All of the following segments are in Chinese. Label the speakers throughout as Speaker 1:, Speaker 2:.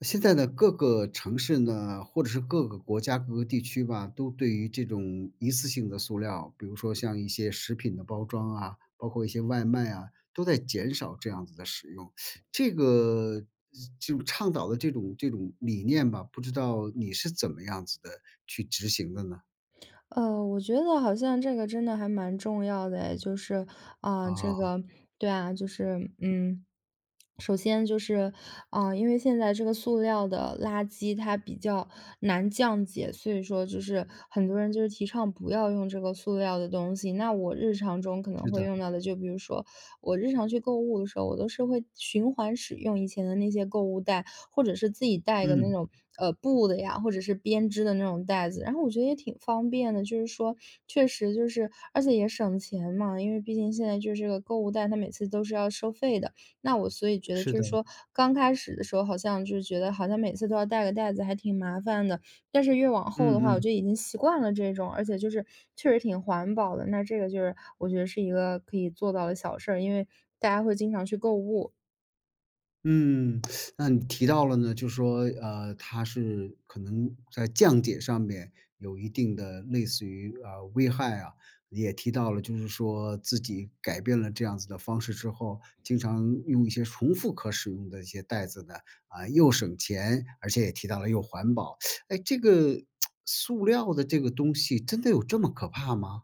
Speaker 1: 现在的各个城市呢，或者是各个国家、各个地区吧，都对于这种一次性的塑料，比如说像一些食品的包装啊，包括一些外卖啊，都在减少这样子的使用。这个就倡导的这种理念吧，不知道你是怎么样子的去执行的呢？
Speaker 2: 我觉得好像这个真的还蛮重要的诶，就是，啊、这
Speaker 1: 啊，
Speaker 2: 个，对啊，就是，嗯，首先就是，因为现在这个塑料的垃圾它比较难降解，所以说就是很多人就是提倡不要用这个塑料的东西。那我日常中可能
Speaker 1: 是
Speaker 2: 会
Speaker 1: 的，
Speaker 2: 用到的，就比如说，我日常去购物的时候，我都是会循环使用以前的那些购物袋，或者是自己带一个那
Speaker 1: 嗯，
Speaker 2: 种布的呀，或者是编织的那种袋子。然后我觉得也挺方便的，就是说确实就是，而且也省钱嘛，因为毕竟现在就是这个购物袋，它每次都是要收费的。那我所以觉得
Speaker 1: 是
Speaker 2: 就是
Speaker 1: 的，
Speaker 2: 说，刚开始的时候好像就是觉得好像每次都要带个袋子，还挺麻烦的。但是越往后的话，
Speaker 1: 嗯
Speaker 2: 我就
Speaker 1: 嗯。
Speaker 2: 已经习惯了这种，而且就是确实挺环保的。那这个就是我觉得是一个可以做到的小事儿，因为大家会经常去购物。
Speaker 1: 嗯，那你提到了呢，就说，它是可能在降解上面有一定的类似于危害啊，也提到了就是说自己改变了这样子的方式之后，经常用一些重复可使用的一些袋子呢，啊、又省钱，而且也提到了又环保。哎，这个塑料的这个东西真的有这么可怕吗？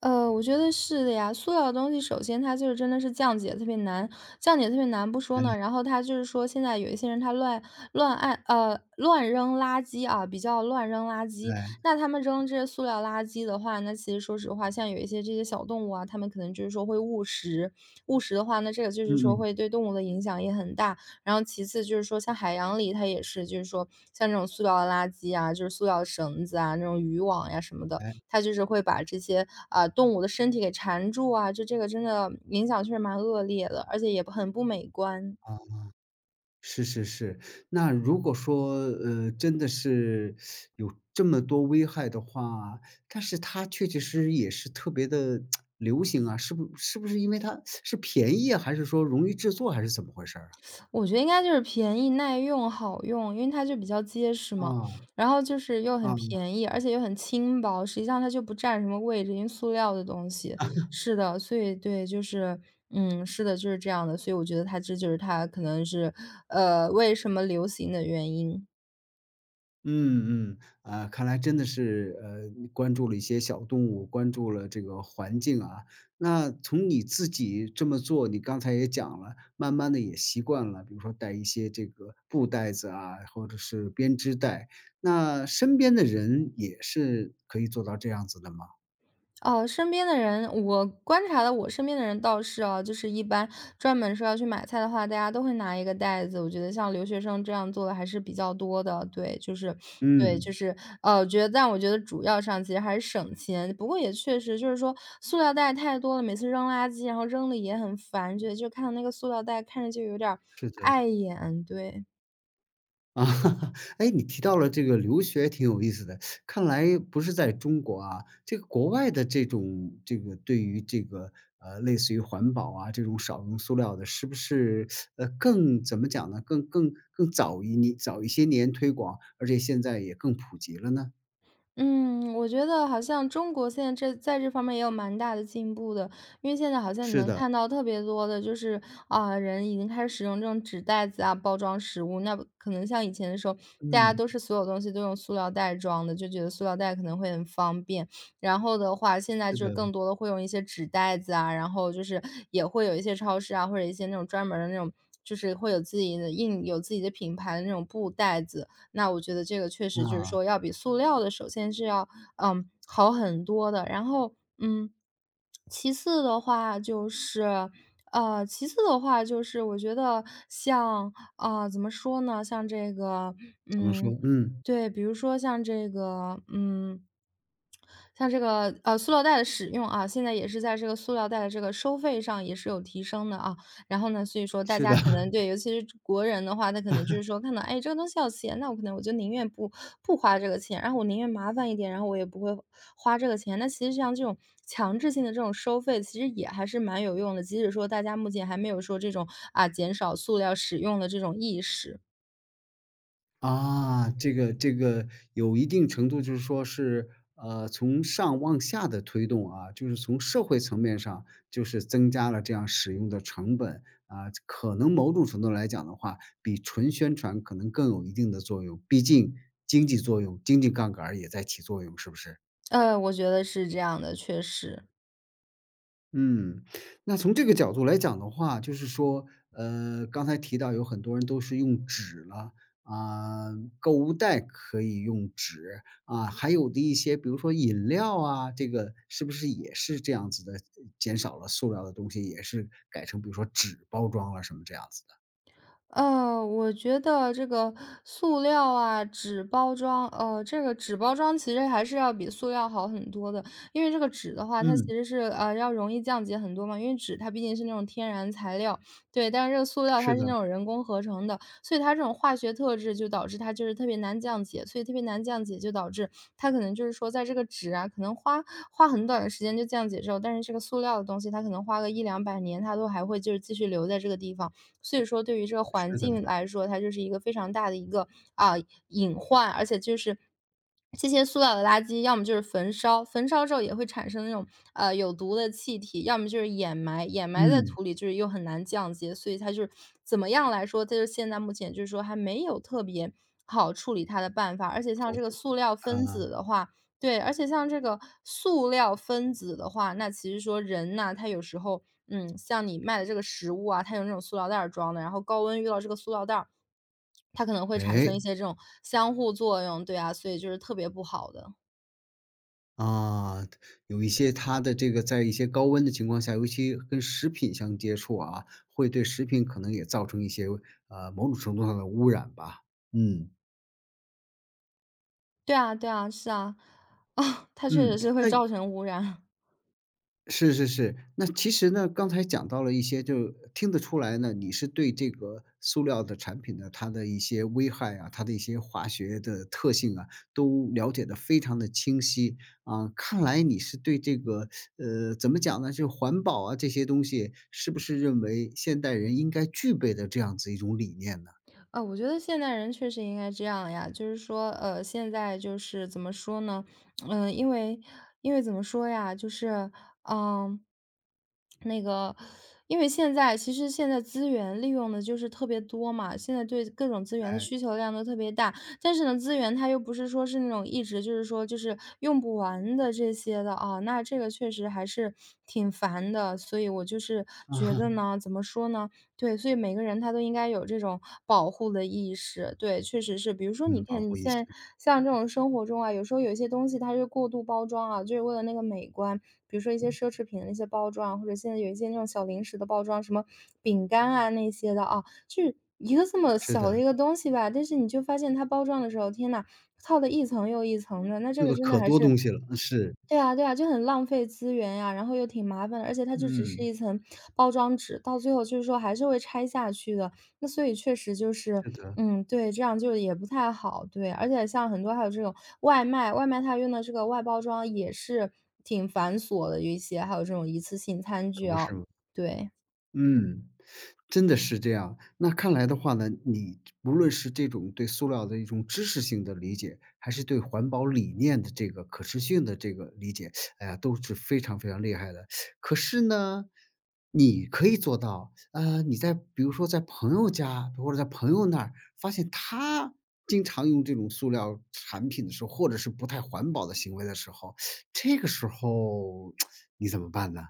Speaker 2: 我觉得是的呀。塑料的东西，首先它就是真的是降解特别难，降解特别难不说
Speaker 1: 哎，
Speaker 2: 呢，然后它就是说现在有一些人他乱扔垃圾啊，比较乱扔垃圾。
Speaker 1: 对，
Speaker 2: 那他们扔这些塑料垃圾的话，那其实说实话，像有一些这些小动物啊，它们可能就是说会误食，误食的话，那这个就
Speaker 1: 嗯
Speaker 2: 是说
Speaker 1: 嗯，
Speaker 2: 会对动物的影响也很大。然后其次就是说，像海洋里它也是，就是说像这种塑料的垃圾啊，就是塑料绳子啊，那种渔网呀、什么的。
Speaker 1: 哎
Speaker 2: 它就是会把这些，动物的身体给缠住啊，就这个真的影响确实蛮恶劣的，而且也不很不美观。
Speaker 1: 啊。是是是，那如果说，真的是有这么多危害的话，但是它确确实实也是特别的流行啊，是不是因为它是便宜啊，还是说容易制作还是怎么回事儿
Speaker 2: 我觉得应该就是便宜、耐用、好用，因为它就比较结实
Speaker 1: 啊？
Speaker 2: 嘛，
Speaker 1: 啊，
Speaker 2: 然后就是又很
Speaker 1: 啊。
Speaker 2: 便宜，而且又很轻薄，实际上它就不占什么位置，因为塑料的东西。是的，所以对，就是嗯，是的，就是这样的，所以我觉得它这就是它可能是，为什么流行的原因。
Speaker 1: 嗯嗯，啊，看来真的是，你关注了一些小动物，关注了这个环境啊。那从你自己这么做，你刚才也讲了，慢慢的也习惯了，比如说带一些这个布袋子啊，或者是编织袋，那身边的人也是可以做到这样子的吗？
Speaker 2: 哦，身边的人，我观察的我身边的人倒是啊，就是一般专门说要去买菜的话，大家都会拿一个袋子。我觉得像留学生这样做的还是比较多的，对，就是对，就
Speaker 1: 嗯，
Speaker 2: 是我觉得，但我觉得主要上其实还是省钱。不过也确实就是说，塑料袋太多了，每次扔垃圾，然后扔的也很烦，觉得就看到那个塑料袋看着就有点儿
Speaker 1: 是的。
Speaker 2: 碍眼，对。
Speaker 1: 啊，哎，你提到了这个留学挺有意思的，看来不是在中国啊，这个国外的这种这个对于这个类似于环保啊，这种少用塑料的，是不是更怎么讲呢？更早早一些年推广，而且现在也更普及了呢？
Speaker 2: 嗯，我觉得好像中国现在这在这方面也有蛮大的进步的，因为现在好像你
Speaker 1: 是
Speaker 2: 能
Speaker 1: 的，
Speaker 2: 看到特别多的，就是人已经开始使用这种纸袋子啊包装食物。那可能像以前的时候，大家
Speaker 1: 嗯，
Speaker 2: 都是所有东西都用塑料袋装的，就觉得塑料袋可能会很方便。然后的话，现在
Speaker 1: 是
Speaker 2: 就是更
Speaker 1: 的，
Speaker 2: 多的会用一些纸袋子啊，然后就是也会有一些超市啊，或者一些那种专门儿的那种，就是会有自己的印有自己的品牌的那种布袋子。那我觉得这个确实就是
Speaker 1: 啊，
Speaker 2: 说要比塑料的首先是要，嗯，好很多的。然后，嗯，其次的话就是其次的话就是我觉得像啊，怎么说呢，像这个
Speaker 1: 怎么说？
Speaker 2: 嗯，
Speaker 1: 嗯，
Speaker 2: 对，比如说像这个嗯，像这个，塑料袋的使用啊，现在也是在这个塑料袋的这个收费上也是有提升的啊。然后呢，所以说大
Speaker 1: 是
Speaker 2: 家可
Speaker 1: 的。
Speaker 2: 能对，尤其是国人的话，他可能就是说看到，哎，这个东西要钱，那我可能我就宁愿不花这个钱，然后我宁愿麻烦一点，然后我也不会花这个钱。那其实像这种强制性的这种收费，其实也还是蛮有用的，即使说大家目前还没有说这种减少塑料使用的这种意识。
Speaker 1: 啊，这个有一定程度就是说是，从上往下的推动啊，就是从社会层面上，就是增加了这样使用的成本啊，可能某种程度来讲的话，比纯宣传可能更有一定的作用，毕竟经济作用、经济杠杆儿也在起作用，是不是？
Speaker 2: 我觉得是这样的，确实。
Speaker 1: 嗯，那从这个角度来讲的话，就是说，刚才提到有很多人都是用纸了，啊，购物袋可以用纸，啊，还有的一些，比如说饮料啊，这个是不是也是这样子的，减少了塑料的东西，也是改成比如说纸包装了什么这样子的？
Speaker 2: 我觉得这个塑料啊、纸包装，这个纸包装其实还是要比塑料好很多的，因为这个纸的话，它其
Speaker 1: 嗯，
Speaker 2: 实是要容易降解很多嘛，因为纸它毕竟是那种天然材料，对，但是这个塑料它
Speaker 1: 是
Speaker 2: 是那
Speaker 1: 的，
Speaker 2: 种人工合成的，所以它这种化学特质就导致它就是特别难降解，所以特别难降解就导致它可能就是说在这个纸啊，可能花很短的时间就降解之后，但是这个塑料的东西它可能花个一两百年，它都还会就是继续留在这个地方。所以说对于这个环
Speaker 1: 是的，
Speaker 2: 境来说，它就是一个非常大的一个啊、隐患，而且就是这些塑料的垃圾，要么就是焚烧，焚烧之后也会产生那种有毒的气体，要么就是掩埋，掩埋在
Speaker 1: 嗯，
Speaker 2: 土里就是又很难降解，所以它就是怎么样来说，这就是现在目前就是说还没有特别好处理它的办法，而且像
Speaker 1: 好，
Speaker 2: 这个塑料
Speaker 1: 啊，
Speaker 2: 分子的话。对，而且像这个塑料分子的话，那其实说人呐、他有时候嗯，像你卖的这个食物啊，它有那种塑料袋儿装的，然后高温遇到这个塑料袋儿，它可能会产
Speaker 1: 哎，
Speaker 2: 生一些这种相互作用，对啊，所以就是特别不好的。
Speaker 1: 啊，有一些它的这个在一些高温的情况下，尤其跟食品相接触啊，会对食品可能也造成一些，某种程度上的污染吧。嗯，
Speaker 2: 对啊对啊，是啊，啊，它确
Speaker 1: 嗯，
Speaker 2: 实是会
Speaker 1: 那
Speaker 2: 造成污染。
Speaker 1: 是是是，那其实呢，刚才讲到了一些，就听得出来呢，你是对这个塑料的产品呢，它的一些危害啊，它的一些化学的特性啊，都了解得非常的清晰。啊，看来你是对这个，怎么讲呢，就环保啊这些东西，是不是认为现代人应该具备的这样子一种理念呢？
Speaker 2: 啊，我觉得现代人确实应该这样呀，就是说，现在就是怎么说呢？嗯，因为怎么说呀，就是嗯，那个，因为现在其实现在资源利用的就是特别多嘛，现在对各种资源的
Speaker 1: 哎，
Speaker 2: 需求量都特别大，但是呢，资源它又不是说是那种一直就是说就是用不完的这些的啊，那这个确实还是挺烦的，所以我就是觉得
Speaker 1: 啊，
Speaker 2: 呢，怎么说呢？对，所以每个人他都应该有这种保护的意识。对，确实是。比如说，你
Speaker 1: 嗯，保
Speaker 2: 看你
Speaker 1: 护意
Speaker 2: 现
Speaker 1: 识，
Speaker 2: 在像这种生活中啊，有时候有一些东西它是过度包装啊，就是为了那个美观。比如说一些奢侈品的那些包装啊或者现在有一些那种小零食的包装，什么饼干啊那些的啊，就是一个这么
Speaker 1: 是
Speaker 2: 小的
Speaker 1: 的，
Speaker 2: 一个东西吧，但是你就发现它包装的时候，天呐，套的一层又一层的，那这
Speaker 1: 用
Speaker 2: 个
Speaker 1: 的
Speaker 2: 真的
Speaker 1: 可
Speaker 2: 还
Speaker 1: 多
Speaker 2: 是
Speaker 1: 东西了，是，
Speaker 2: 对啊对啊，就很浪费资源呀，然后又挺麻烦的，而且它就只是
Speaker 1: 嗯，
Speaker 2: 一层包装纸，到最后就是说还是会拆下去的。那所以确实就是，
Speaker 1: 是的，
Speaker 2: 嗯，对，这样就也不太好，对。而且像很多还有这种外卖，外卖它用的这个外包装也是挺繁琐的，有一些还有这种一次性餐
Speaker 1: 可
Speaker 2: 具
Speaker 1: 不
Speaker 2: 啊，
Speaker 1: 是吗？
Speaker 2: 对。
Speaker 1: 嗯，真的是这样。那看来的话呢，你无论是这种对塑料的一种知识性的理解，还是对环保理念的这个可持续的这个理解，哎呀，都是非常非常厉害的。可是呢，你可以做到，你在比如说在朋友家或者在朋友那儿，发现他经常用这种塑料产品的时候，或者是不太环保的行为的时候，这个时候 你怎么办呢？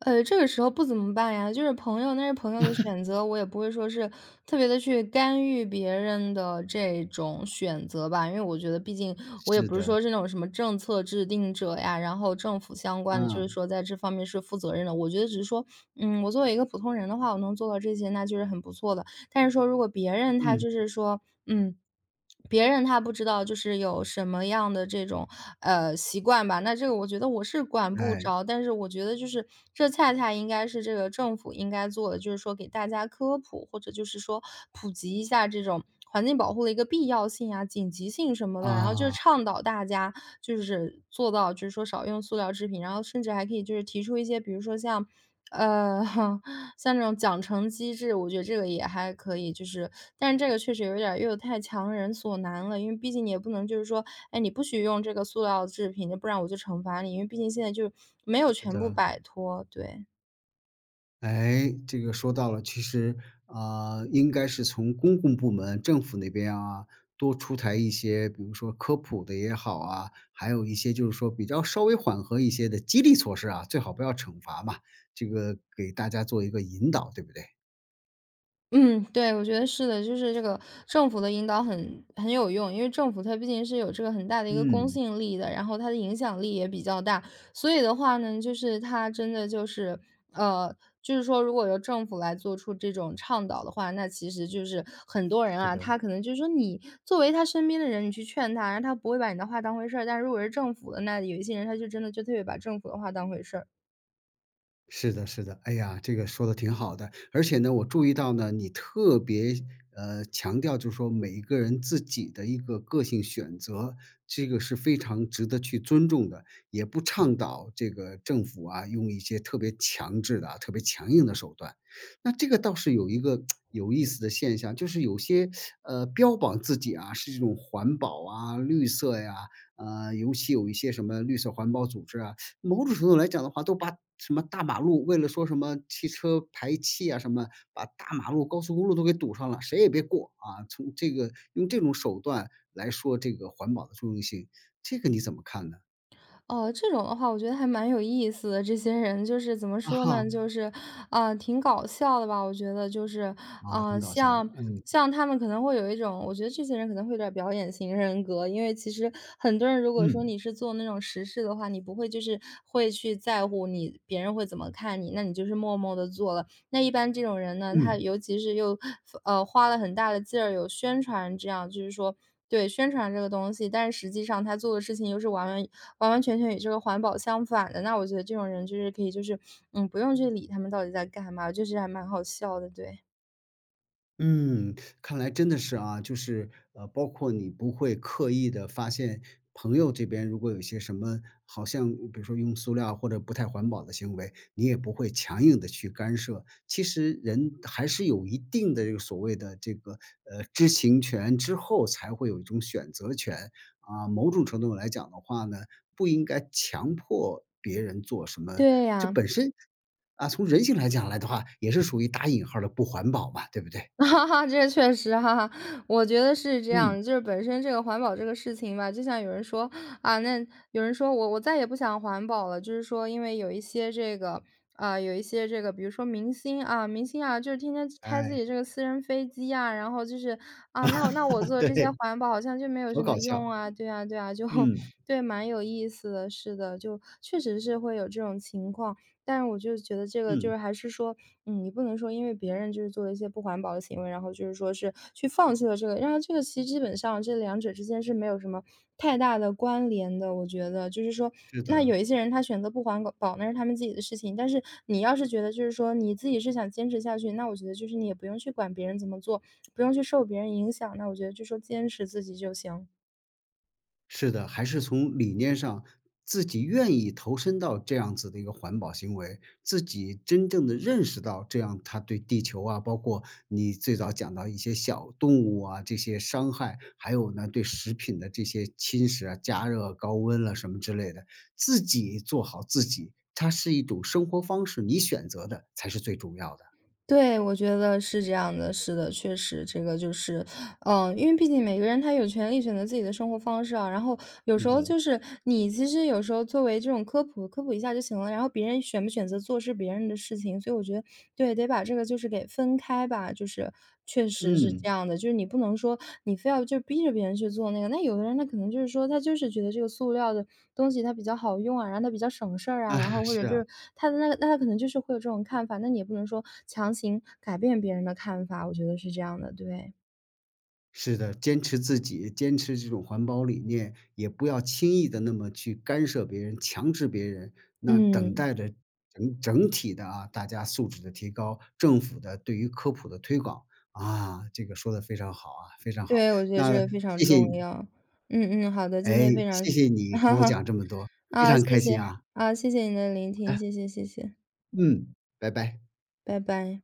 Speaker 2: 这个时候不怎么办呀，就是朋友那是朋友的选择，我也不会说是特别的去干预别人的这种选择吧。因为我觉得毕竟我也
Speaker 1: 是
Speaker 2: 不是
Speaker 1: 的，
Speaker 2: 说是那种什么政策制定者呀，然后政府相关的，就是
Speaker 1: 嗯
Speaker 2: 说在这方面是负责任的。我觉得只是说，嗯，我作为一个普通人的话，我能做到这些，那就是很不错的。但是说如果别人他
Speaker 1: 嗯。
Speaker 2: 就是说，嗯，别人他不知道就是有什么样的这种，习惯吧，那这个我觉得我是管不
Speaker 1: 哎，
Speaker 2: 着。但是我觉得就是这恰恰应该是这个政府应该做的，就是说给大家科普，或者就是说普及一下这种环境保护的一个必要性啊、紧急性什么的。然后就是
Speaker 1: 啊，
Speaker 2: 倡导大家就是做到就是说少用塑料制品，然后甚至还可以就是提出一些，比如说像呃，像这种奖惩机制，我觉得这个也还可以，就是但是这个确实有点儿又太强人所难了，因为毕竟你也不能就是说，哎，你不许用这个塑料制品，不然我就惩罚你，因为毕竟现在就没有
Speaker 1: 是
Speaker 2: 全部
Speaker 1: 的，
Speaker 2: 摆脱，对。
Speaker 1: 哎，这个说到了，其实啊，应该是从公共部门、政府那边啊，多出台一些，比如说科普的也好啊，还有一些就是说比较稍微缓和一些的激励措施啊，最好不要惩罚嘛，这个给大家做一个引导，对不对？
Speaker 2: 嗯，对，我觉得是的，就是这个政府的引导很有用，因为政府它毕竟是有这个很大的一个公
Speaker 1: 嗯，
Speaker 2: 信力的，然后它的影响力也比较大，所以的话呢，就是它真的就是，呃，就是说如果由政府来做出这种倡导的话，那其实就是很多人
Speaker 1: 是
Speaker 2: 啊，
Speaker 1: 的。
Speaker 2: 他可能就是说你作为他身边的人，你去劝他，然后他不会把你的话当回事儿，但如果是政府的，那有一些人他就真的就特别把政府的话当回事儿。
Speaker 1: 是的，是的，哎呀，这个说的挺好的。而且呢，我注意到呢，你特别强调，就是说每一个人自己的一个个性选择，这个是非常值得去尊重的，也不倡导这个政府啊用一些特别强制的啊、特别强硬的手段。那这个倒是有一个有意思的现象，就是有些标榜自己啊是这种环保啊、绿色呀、尤其有一些什么绿色环保组织啊，某种程度来讲的话，都把什么大马路为了说什么汽车排气啊什么，把大马路、高速公路都给堵上了，谁也别过啊！从这个用这种手段来说这个环保的重要性，这个你怎么看呢？
Speaker 2: 哦，这种的话我觉得还蛮有意思的。这些人就是怎么
Speaker 1: 啊
Speaker 2: 说
Speaker 1: 哈，
Speaker 2: 呢，就是，啊，挺搞笑的吧。我觉得就是，
Speaker 1: 啊，挺
Speaker 2: 啊，
Speaker 1: 搞笑的，
Speaker 2: 像
Speaker 1: 嗯，
Speaker 2: 像他们可能会有一种我觉得这些人可能会有点儿表演型人格。因为其实很多人如果说
Speaker 1: 嗯，
Speaker 2: 你是做那种实事的话，你不会就是会去在乎你别人会怎么看你，那你就是默默的做了。那一般这种人呢，他
Speaker 1: 嗯。
Speaker 2: 尤其是又花了很大的劲儿有宣传这样，就是说对，宣传这个东西，但是实际上他做的事情又是完完全全与这个环保相反的。那我觉得这种人就是可以，就是嗯，不用去理他们到底在干嘛，就是还蛮好笑的，对。
Speaker 1: 嗯，看来真的是啊，就是包括你不会刻意的发现朋友这边如果有一些什么，好像比如说用塑料或者不太环保的行为，你也不会强硬的去干涉。其实人还是有一定的这个所谓的这个知情权之后，才会有一种选择权啊。某种程度来讲的话呢，不应该强迫别人做什么，
Speaker 2: 对
Speaker 1: 这
Speaker 2: 呀。
Speaker 1: 本身啊，从人性来讲来的话，也是属于打引号儿的不环保嘛，对不对？
Speaker 2: 哈哈，这确实哈哈，我觉得是这
Speaker 1: 嗯，
Speaker 2: 样。就是本身这个环保这个事情吧，就像有人说啊，那有人说我再也不想环保了，就是说因为有一些这个啊、有一些这个，比如说明星啊，明星啊，就是天天开自
Speaker 1: 哎，
Speaker 2: 己这个私人飞机啊，然后就是啊，那我 做这些
Speaker 1: 对，
Speaker 2: 环保好像就没有什
Speaker 1: 好
Speaker 2: 么
Speaker 1: 搞笑。
Speaker 2: 用啊，对啊，对啊，就
Speaker 1: 嗯，
Speaker 2: 对，蛮有意思的，是的，就确实是会有这种情况。但是我就觉得这个就
Speaker 1: 嗯，
Speaker 2: 是还是说，嗯，你不能说因为别人就是做了一些不环保的行为，然后就是说是去放弃了这个，然后这个其实基本上这两者之间是没有什么太大的关联的。我觉得就是说，
Speaker 1: 是
Speaker 2: 那
Speaker 1: 的，
Speaker 2: 有一些人他选择不环保那是他们自己的事情，但是你要是觉得就是说你自己是想坚持下去，那我觉得就是你也不用去管别人怎么做，不用去受别人影响，那我觉得就说坚持自己就行。
Speaker 1: 是的，还是从理念上自己愿意投身到这样子的一个环保行为，自己真正的认识到这样它对地球啊，包括你最早讲到一些小动物啊，这些伤害，还有呢，对食品的这些侵蚀啊，加热、高温了什么之类的，自己做好自己，它是一种生活方式，你选择的才是最重要的。
Speaker 2: 对，我觉得是这样的，是的，确实，这个就是，嗯，因为毕竟每个人他有权利选择自己的生活方式啊。然后有
Speaker 1: 是
Speaker 2: 时
Speaker 1: 的，
Speaker 2: 候就是你其实有时候作为这种科普，科普一下就行了。然后别人选不选择做是别人的事情，所以我觉得对，得把这个就是给分开吧，就是确实是这
Speaker 1: 嗯，
Speaker 2: 样的，就是你不能说你非要就逼着别人去做那个。那有的人他可能就是说，他就是觉得这个塑料的东西它比较好用啊，然后它比较省事儿 啊，
Speaker 1: 啊，
Speaker 2: 然后或者
Speaker 1: 是
Speaker 2: 就
Speaker 1: 啊。
Speaker 2: 是他的那个，那他可能就是会有这种看法，那你也不能说强行改变别人的看法，我觉得是这样的，对，
Speaker 1: 是的，坚持自己，坚持这种环保理念，也不要轻易的那么去干涉别人、强制别人。那等待
Speaker 2: 嗯，
Speaker 1: 着整体的啊，大家素质的提高，政府的对于科普的推广。啊，这个说的非常好啊，非常好。
Speaker 2: 对，我觉得这
Speaker 1: 那
Speaker 2: 个非常
Speaker 1: 谢谢
Speaker 2: 重
Speaker 1: 你，
Speaker 2: 要，嗯嗯，好的，今
Speaker 1: 哎，
Speaker 2: 天非常，
Speaker 1: 谢谢 你
Speaker 2: 哈
Speaker 1: 跟我
Speaker 2: 哈
Speaker 1: 讲这么多，非
Speaker 2: 啊，
Speaker 1: 常
Speaker 2: 谢
Speaker 1: 开
Speaker 2: 谢
Speaker 1: 心啊。
Speaker 2: 啊，谢谢你的聆听，
Speaker 1: 好的，
Speaker 2: 谢谢谢谢，
Speaker 1: 嗯，拜拜。
Speaker 2: 拜拜。